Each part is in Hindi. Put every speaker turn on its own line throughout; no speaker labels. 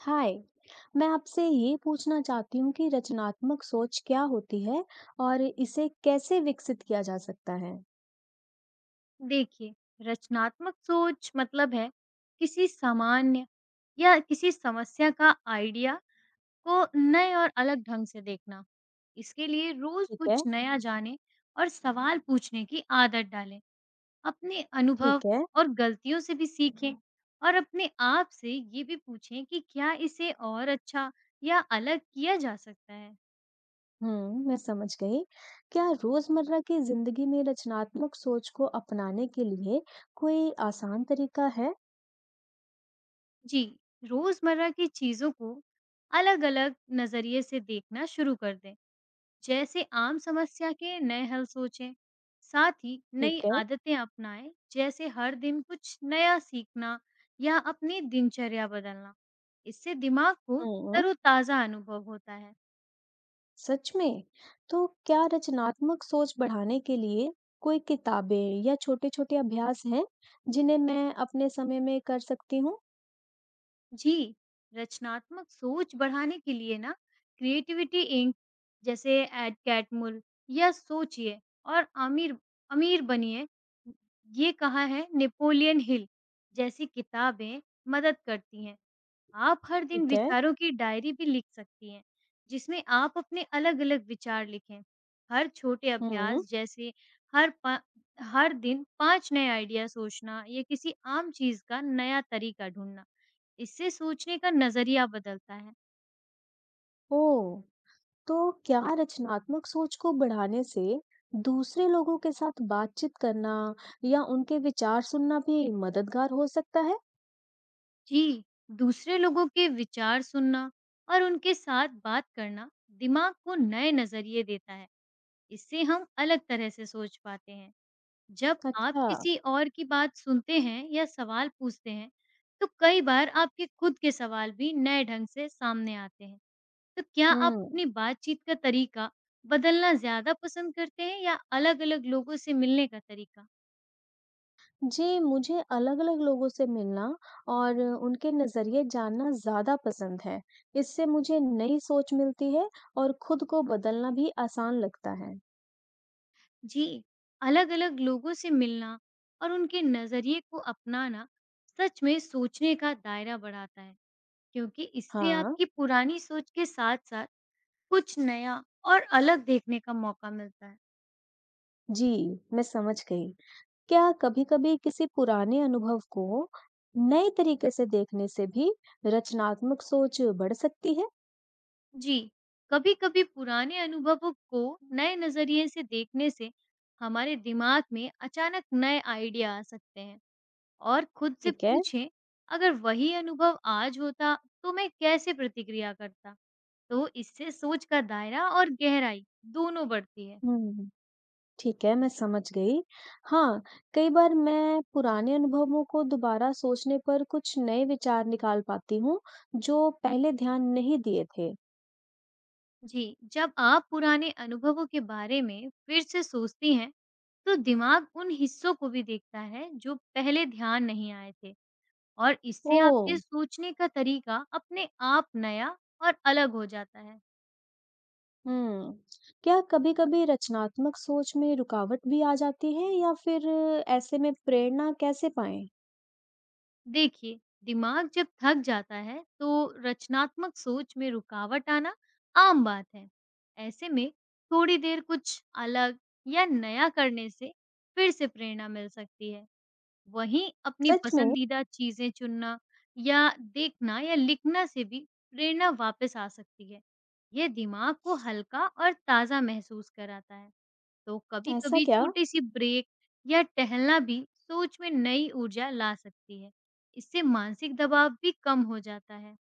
हाय। मैं आपसे ये पूछना चाहती हूँ कि रचनात्मक सोच क्या होती है और इसे कैसे विकसित किया जा सकता है।
देखिए, रचनात्मक सोच मतलब है किसी सामान्य या किसी समस्या का आइडिया को नए और अलग ढंग से देखना। इसके लिए रोज
ठीक है।
कुछ नया जाने और सवाल पूछने की आदत डालें। अपने अनुभव
ठीक है।
और गलतियों से भी सीखें और अपने आप से ये भी पूछें कि क्या इसे और अच्छा या अलग किया जा सकता है।
हम्म, मैं समझ गई। क्या रोजमर्रा की जिंदगी में रचनात्मक सोच को अपनाने के लिए कोई आसान तरीका है?
जी, रोजमर्रा की चीजों को अलग-अलग नजरिए से देखना शुरू कर दें। जैसे आम समस्या के नए हल सोचें, साथ ही नई
ठीक है।
आदतें अपनाएं, जैसे हर दिन कुछ नया सीखना या अपनी दिनचर्या बदलना। इससे दिमाग को
हम्म।
तरोताजा अनुभव होता है।
सच में, तो क्या रचनात्मक सोच बढ़ाने के लिए कोई किताबें या छोटे छोटे अभ्यास हैं जिन्हें मैं अपने समय में कर सकती हूँ?
जी, रचनात्मक सोच बढ़ाने के लिए ना, क्रिएटिविटी इंक जैसे एड कैटमुल, या सोचिए और अमीर अमीर बनिए, ये कहा है नेपोलियन हिल, जैसी किताबें मदद करती हैं। आप हर दिन
ठीक है।
विचारों की डायरी भी लिख सकती हैं, जिसमें आप अपने अलग-अलग विचार लिखें। हर छोटे
हम्म।
अभ्यास जैसे हर पा हर दिन 5 नए आइडिया सोचना या किसी आम चीज़ का नया तरीका ढूँढना, इससे सोचने का नज़रिया बदलता है।
ओह! तो क्या रचनात्मक सोच को बढ़ाने से दूसरे लोगों के साथ बातचीत करना या उनके विचार सुनना भी मददगार हो सकता है?
जी, दूसरे लोगों के विचार सुनना और उनके साथ बात करना दिमाग को नए नज़रिए देता है। इससे हम अलग तरह से सोच पाते हैं। जब आप
अच्छा।
किसी और की बात सुनते हैं या सवाल पूछते हैं, तो कई बार आपके खुद के सवाल भी नए ढंग से सामने आते हैं। तो क्या आप
हुँ।
अपनी बातचीत का तरीका बदलना ज़्यादा पसंद करते हैं या अलग-अलग लोगों से मिलने का तरीका?
जी, मुझे अलग-अलग लोगों से मिलना और उनके नज़रिए जानना ज़्यादा पसंद है। इससे मुझे नई सोच मिलती है और खुद को बदलना भी आसान लगता है।
जी, अलग-अलग लोगों से मिलना और उनके नज़रिए को अपनाना सच में सोचने का दायरा बढ़ाता है, क्योंकि इससे
हाँ।
आपकी पुरानी सोच के साथ-साथ कुछ नया और अलग देखने का मौका मिलता है।
जी, मैं समझ गई। क्या कभी-कभी किसी पुराने अनुभव को नए तरीके से देखने से भी रचनात्मक सोच बढ़ सकती है?
जी, कभी-कभी पुराने अनुभवों को नए नज़रिए से देखने से हमारे दिमाग में अचानक नए आइडिया आ सकते हैं। और खुद से
ठीक है।
पूछें, अगर वही अनुभव आज होता, तो मैं कैसे प्रतिक्रिया करता? तो इससे सोच का दायरा और गहराई दोनों बढ़ती है।
हुँ, ठीक है, मैं समझ गई। हाँ, कई बार मैं पुराने अनुभवों को दोबारा सोचने पर कुछ नए विचार निकाल पाती हूँ, जो पहले ध्यान नहीं दिए थे।
जी, जब आप पुराने अनुभवों के बारे में फिर से सोचती हैं, तो दिमाग उन हिस्सों को भी देखता है, जो पहले ध्यान नहीं आए थे। और इससे
ओह!
आपके सोचने का तरीका अपने आप नया और अलग हो जाता है।
हुँ। क्या कभी-कभी रचनात्मक सोच में रुकावट भी आ जाती है, या फिर ऐसे में प्रेरणा कैसे पाएँ?
देखिए, दिमाग जब थक जाता है, तो रचनात्मक सोच में रुकावट आना आम बात है। ऐसे में थोड़ी देर कुछ अलग या नया करने से फिर से प्रेरणा मिल सकती है। वहीं अपनी
सच में?
पसंदीदा चीज़ें चुनना या देखना या लिखना से भी प्रेरणा वापस आ सकती है। यह दिमाग को हल्का और ताज़ा महसूस कराता है। तो
ऐसा
कभी-कभी
क्या?
छोटी-सी ब्रेक या टहलना भी सोच में नई ऊर्जा ला सकती है। इससे मानसिक दबाव भी कम हो जाता है।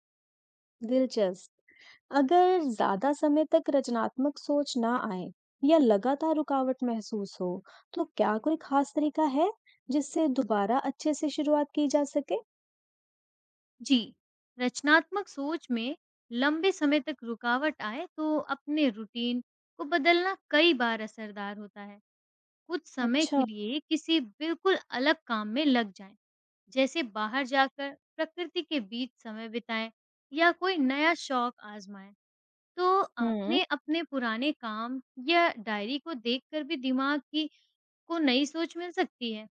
दिलचस्प। अगर ज्यादा समय तक रचनात्मक सोच ना आए या लगातार रुकावट महसूस हो, तो क्या कोई खास तरीका है जिससे दोबारा अच्छे से शुरुआत की जा सके?
जी, रचनात्मक सोच में लंबे समय तक रुकावट आए, तो अपने रूटीन को बदलना कई बार असरदार होता है। कुछ समय के
अच्छा।
लिए किसी बिल्कुल अलग काम में लग जाएँ, जैसे बाहर जाकर प्रकृति के बीच समय बिताएँ या कोई नया शौक आज़माएँ। तो
हम्म।
आपने अपने पुराने काम या डायरी को देखकर भी दिमाग की को नई सोच मिल सकती है।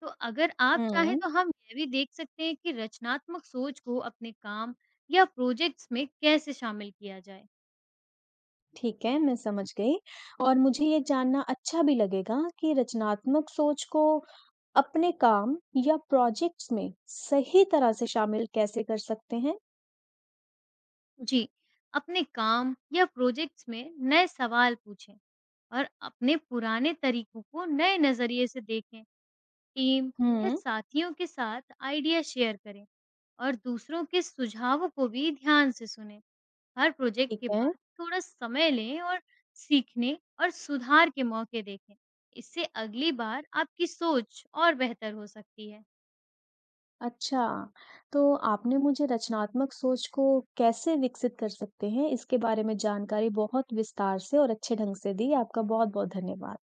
तो अगर आप चाहें,
हम्म,
तो हम यह भी देख सकते हैं कि रचनात्मक सोच को अपने काम या प्रोजेक्ट्स में कैसे शामिल किया जाए।
ठीक है, मैं समझ गई। और मुझे ये जानना अच्छा भी लगेगा कि रचनात्मक सोच को अपने काम या प्रोजेक्ट्स में सही तरह से शामिल कैसे कर सकते हैं?
जी, अपने काम या प्रोजेक्ट्स में नए सवाल पूछें और अपने पुराने तरीकों को नए नजरिए से देखें। टीम या
हम्म,
साथियों के साथ आइडिया शेयर करें और दूसरों के सुझावों को भी ध्यान से सुनें। हर प्रोजेक्ट
ठीक
के
है।
बाद थोड़ा समय लें और सीखने और सुधार के मौके देखें। इससे अगली बार आपकी सोच और बेहतर हो सकती है।
अच्छा, तो आपने मुझे रचनात्मक सोच को कैसे विकसित कर सकते हैं, इसके बारे में जानकारी बहुत विस्तार से और अच्छे ढंग से दी। आपका बहुत-बहुत धन्यवाद।